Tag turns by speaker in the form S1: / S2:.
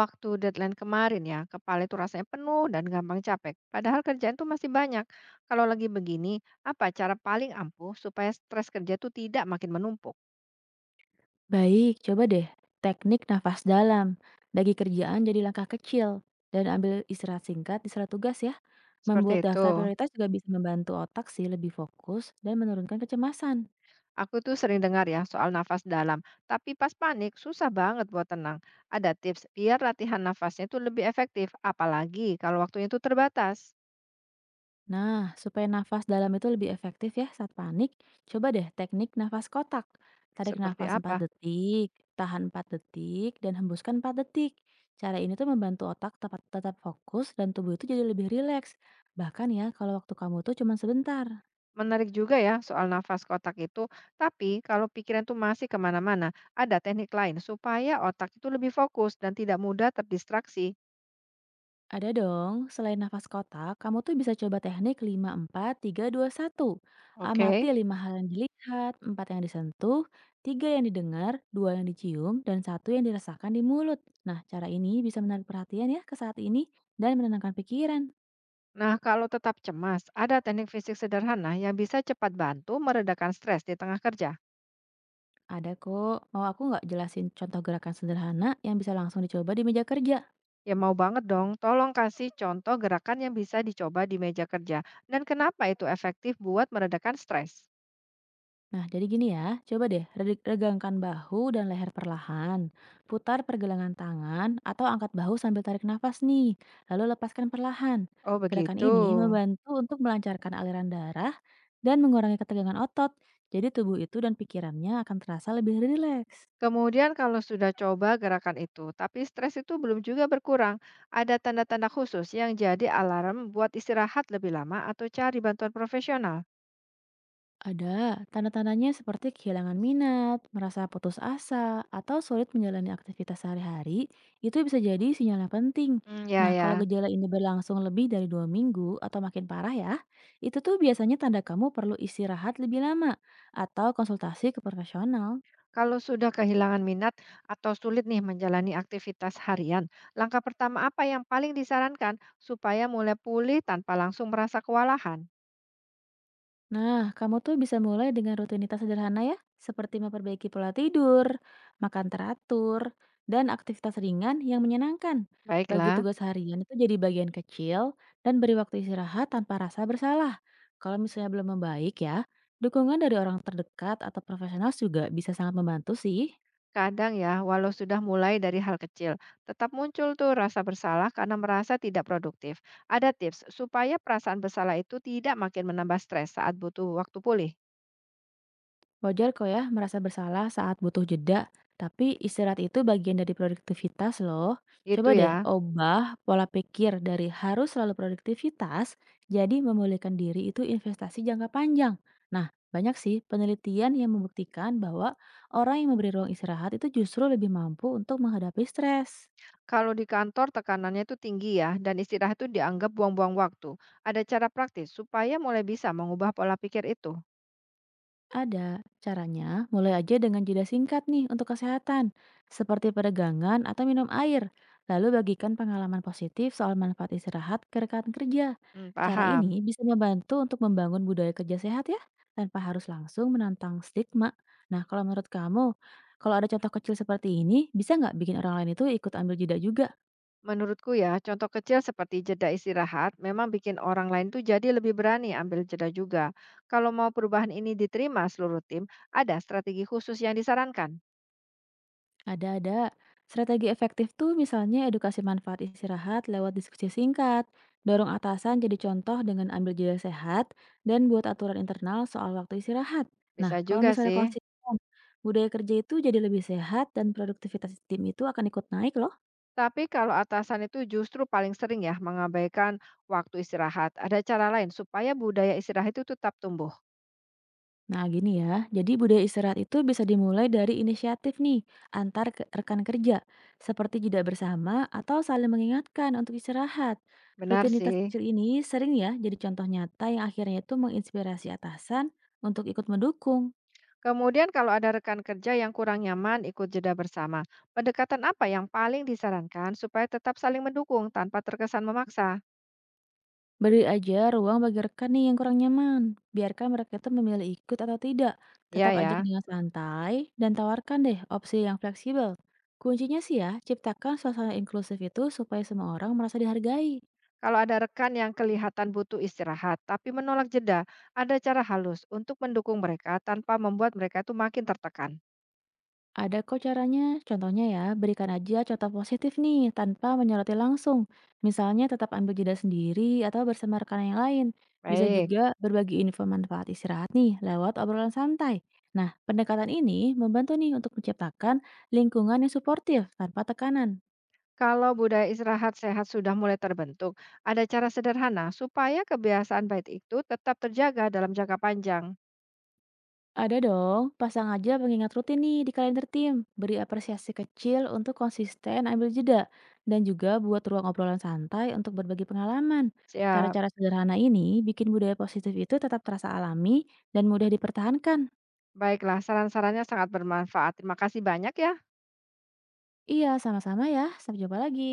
S1: Waktu deadline kemarin ya, kepala itu rasanya penuh dan gampang capek. Padahal kerjaan tuh masih banyak. Kalau lagi begini, apa cara paling ampuh supaya stres kerja tuh tidak makin menumpuk?
S2: Baik, coba deh teknik nafas dalam. Bagi kerjaan jadi langkah kecil dan ambil istirahat singkat di surat tugas ya.
S1: Seperti
S2: Membuat
S1: itu.
S2: daftar prioritas juga bisa membantu otak sih lebih fokus dan menurunkan kecemasan.
S1: Aku tuh sering dengar ya soal nafas dalam, tapi pas panik susah banget buat tenang. Ada tips biar latihan nafasnya itu lebih efektif, apalagi kalau waktunya itu terbatas.
S2: Nah, supaya nafas dalam itu lebih efektif ya saat panik, coba deh teknik nafas kotak. Tarik
S1: Seperti
S2: nafas 4
S1: apa?
S2: detik, tahan 4 detik, dan hembuskan 4 detik. Cara ini tuh membantu otak tetap fokus dan tubuh itu jadi lebih rileks. Bahkan ya kalau waktu kamu tuh cuma sebentar.
S1: Menarik juga ya soal nafas kotak itu, tapi kalau pikiran tuh masih kemana-mana, ada teknik lain supaya otak itu lebih fokus dan tidak mudah terdistraksi.
S2: Ada dong, selain nafas kotak, kamu tuh bisa coba teknik 5-4-3-2-1. Amati
S1: Oke.
S2: lima hal yang dilihat, empat yang disentuh, tiga yang didengar, dua yang dicium, dan satu yang dirasakan di mulut. Nah, cara ini bisa menarik perhatian ya ke saat ini dan menenangkan pikiran.
S1: Nah, kalau tetap cemas, ada teknik fisik sederhana yang bisa cepat bantu meredakan stres di tengah kerja.
S2: Ada kok, mau aku nggak jelasin contoh gerakan sederhana yang bisa langsung dicoba di meja kerja?
S1: Ya mau banget dong, tolong kasih contoh gerakan yang bisa dicoba di meja kerja dan kenapa itu efektif buat meredakan stres.
S2: Nah, jadi gini ya, coba deh regangkan bahu dan leher perlahan. Putar pergelangan tangan atau angkat bahu sambil tarik nafas nih, lalu lepaskan perlahan.
S1: Oh
S2: Gerakan
S1: begitu.
S2: ini membantu untuk melancarkan aliran darah dan mengurangi ketegangan otot. Jadi tubuh itu dan pikirannya akan terasa lebih rileks.
S1: Kemudian kalau sudah coba gerakan itu, tapi stres itu belum juga berkurang, ada tanda-tanda khusus yang jadi alarm buat istirahat lebih lama atau cari bantuan profesional.
S2: Ada tanda-tandanya seperti kehilangan minat, merasa putus asa, atau sulit menjalani aktivitas sehari-hari, itu bisa jadi sinyal yang penting.
S1: Hmm, ya
S2: Nah, kalau
S1: ya.
S2: gejala ini berlangsung lebih dari 2 minggu atau makin parah ya, itu tuh biasanya tanda kamu perlu istirahat lebih lama atau konsultasi ke profesional.
S1: Kalau sudah kehilangan minat atau sulit nih menjalani aktivitas harian, langkah pertama apa yang paling disarankan supaya mulai pulih tanpa langsung merasa kewalahan?
S2: Nah, kamu tuh bisa mulai dengan rutinitas sederhana ya, seperti memperbaiki pola tidur, makan teratur, dan aktivitas ringan yang menyenangkan. Bagi
S1: Baiklah.
S2: tugas harian itu jadi bagian kecil dan beri waktu istirahat tanpa rasa bersalah. Kalau misalnya belum membaik ya, dukungan dari orang terdekat atau profesional juga bisa sangat membantu sih.
S1: Kadang ya, walau sudah mulai dari hal kecil, tetap muncul tuh rasa bersalah karena merasa tidak produktif. Ada tips supaya perasaan bersalah itu tidak makin menambah stres saat butuh waktu pulih.
S2: Wajar kok ya merasa bersalah saat butuh jeda, tapi istirahat itu bagian dari produktivitas loh.
S1: Itu
S2: Coba deh
S1: ya,
S2: ubah pola pikir dari harus selalu produktivitas, jadi memulihkan diri itu investasi jangka panjang. Nah, banyak sih penelitian yang membuktikan bahwa orang yang memberi ruang istirahat itu justru lebih mampu untuk menghadapi stres.
S1: kalau di kantor tekanannya itu tinggi ya, dan istirahat itu dianggap buang-buang waktu. Ada cara praktis supaya mulai bisa mengubah pola pikir itu.
S2: Ada caranya, mulai aja dengan jeda singkat nih untuk kesehatan, seperti peregangan atau minum air. Lalu bagikan pengalaman positif soal manfaat istirahat ke rekan kerja.
S1: Hmm,
S2: Cara
S1: paham.
S2: ini bisa membantu untuk membangun budaya kerja sehat ya, tanpa harus langsung menantang stigma. Nah, kalau menurut kamu, kalau ada contoh kecil seperti ini, bisa nggak bikin orang lain itu ikut ambil jeda juga?
S1: Menurutku ya, contoh kecil seperti jeda istirahat memang bikin orang lain tuh jadi lebih berani ambil jeda juga. Kalau mau perubahan ini diterima seluruh tim, ada strategi khusus yang disarankan.
S2: Ada-ada. Strategi efektif tuh misalnya edukasi manfaat istirahat lewat diskusi singkat, dorong atasan jadi contoh dengan ambil jeda sehat, dan buat aturan internal soal waktu istirahat.
S1: Bisa
S2: Nah, kalau
S1: juga
S2: misalnya
S1: sih.
S2: konsisten, budaya kerja itu jadi lebih sehat dan produktivitas tim itu akan ikut naik loh.
S1: Tapi kalau atasan itu justru paling sering ya mengabaikan waktu istirahat, ada cara lain supaya budaya istirahat itu tetap tumbuh.
S2: Nah, gini ya. Jadi budaya istirahat itu bisa dimulai dari inisiatif nih antar rekan kerja, seperti jeda bersama atau saling mengingatkan untuk istirahat.
S1: Benar
S2: Rutinitas
S1: sih.
S2: kecil ini sering ya jadi contoh nyata yang akhirnya itu menginspirasi atasan untuk ikut mendukung.
S1: Kemudian kalau ada rekan kerja yang kurang nyaman ikut jeda bersama, pendekatan apa yang paling disarankan supaya tetap saling mendukung tanpa terkesan memaksa?
S2: Beri aja ruang bagi rekan nih yang kurang nyaman. Biarkan mereka itu memilih ikut atau tidak.
S1: Ya
S2: Tetap ajak
S1: ya.
S2: dengan santai dan tawarkan deh opsi yang fleksibel. Kuncinya sih ya, ciptakan suasana inklusif itu supaya semua orang merasa dihargai.
S1: Kalau ada rekan yang kelihatan butuh istirahat tapi menolak jeda, ada cara halus untuk mendukung mereka tanpa membuat mereka itu makin tertekan.
S2: Ada kok caranya, contohnya ya, berikan aja contoh positif nih tanpa menyoroti langsung. Misalnya tetap ambil jeda sendiri atau bersama rekan yang lain. Bisa
S1: Baik.
S2: juga berbagi info manfaat istirahat nih lewat obrolan santai. Nah, pendekatan ini membantu nih untuk menciptakan lingkungan yang suportif tanpa tekanan.
S1: Kalau budaya istirahat sehat sudah mulai terbentuk, ada cara sederhana supaya kebiasaan baik itu tetap terjaga dalam jangka panjang.
S2: Ada dong, pasang aja pengingat rutin nih di kalender tim. Beri apresiasi kecil untuk konsisten ambil jeda. Dan juga buat ruang obrolan santai untuk berbagi pengalaman.
S1: Siap.
S2: Cara-cara sederhana ini bikin budaya positif itu tetap terasa alami dan mudah dipertahankan.
S1: Baiklah, saran-sarannya sangat bermanfaat. Terima kasih banyak ya.
S2: Iya, sama-sama ya. Sampai jumpa lagi.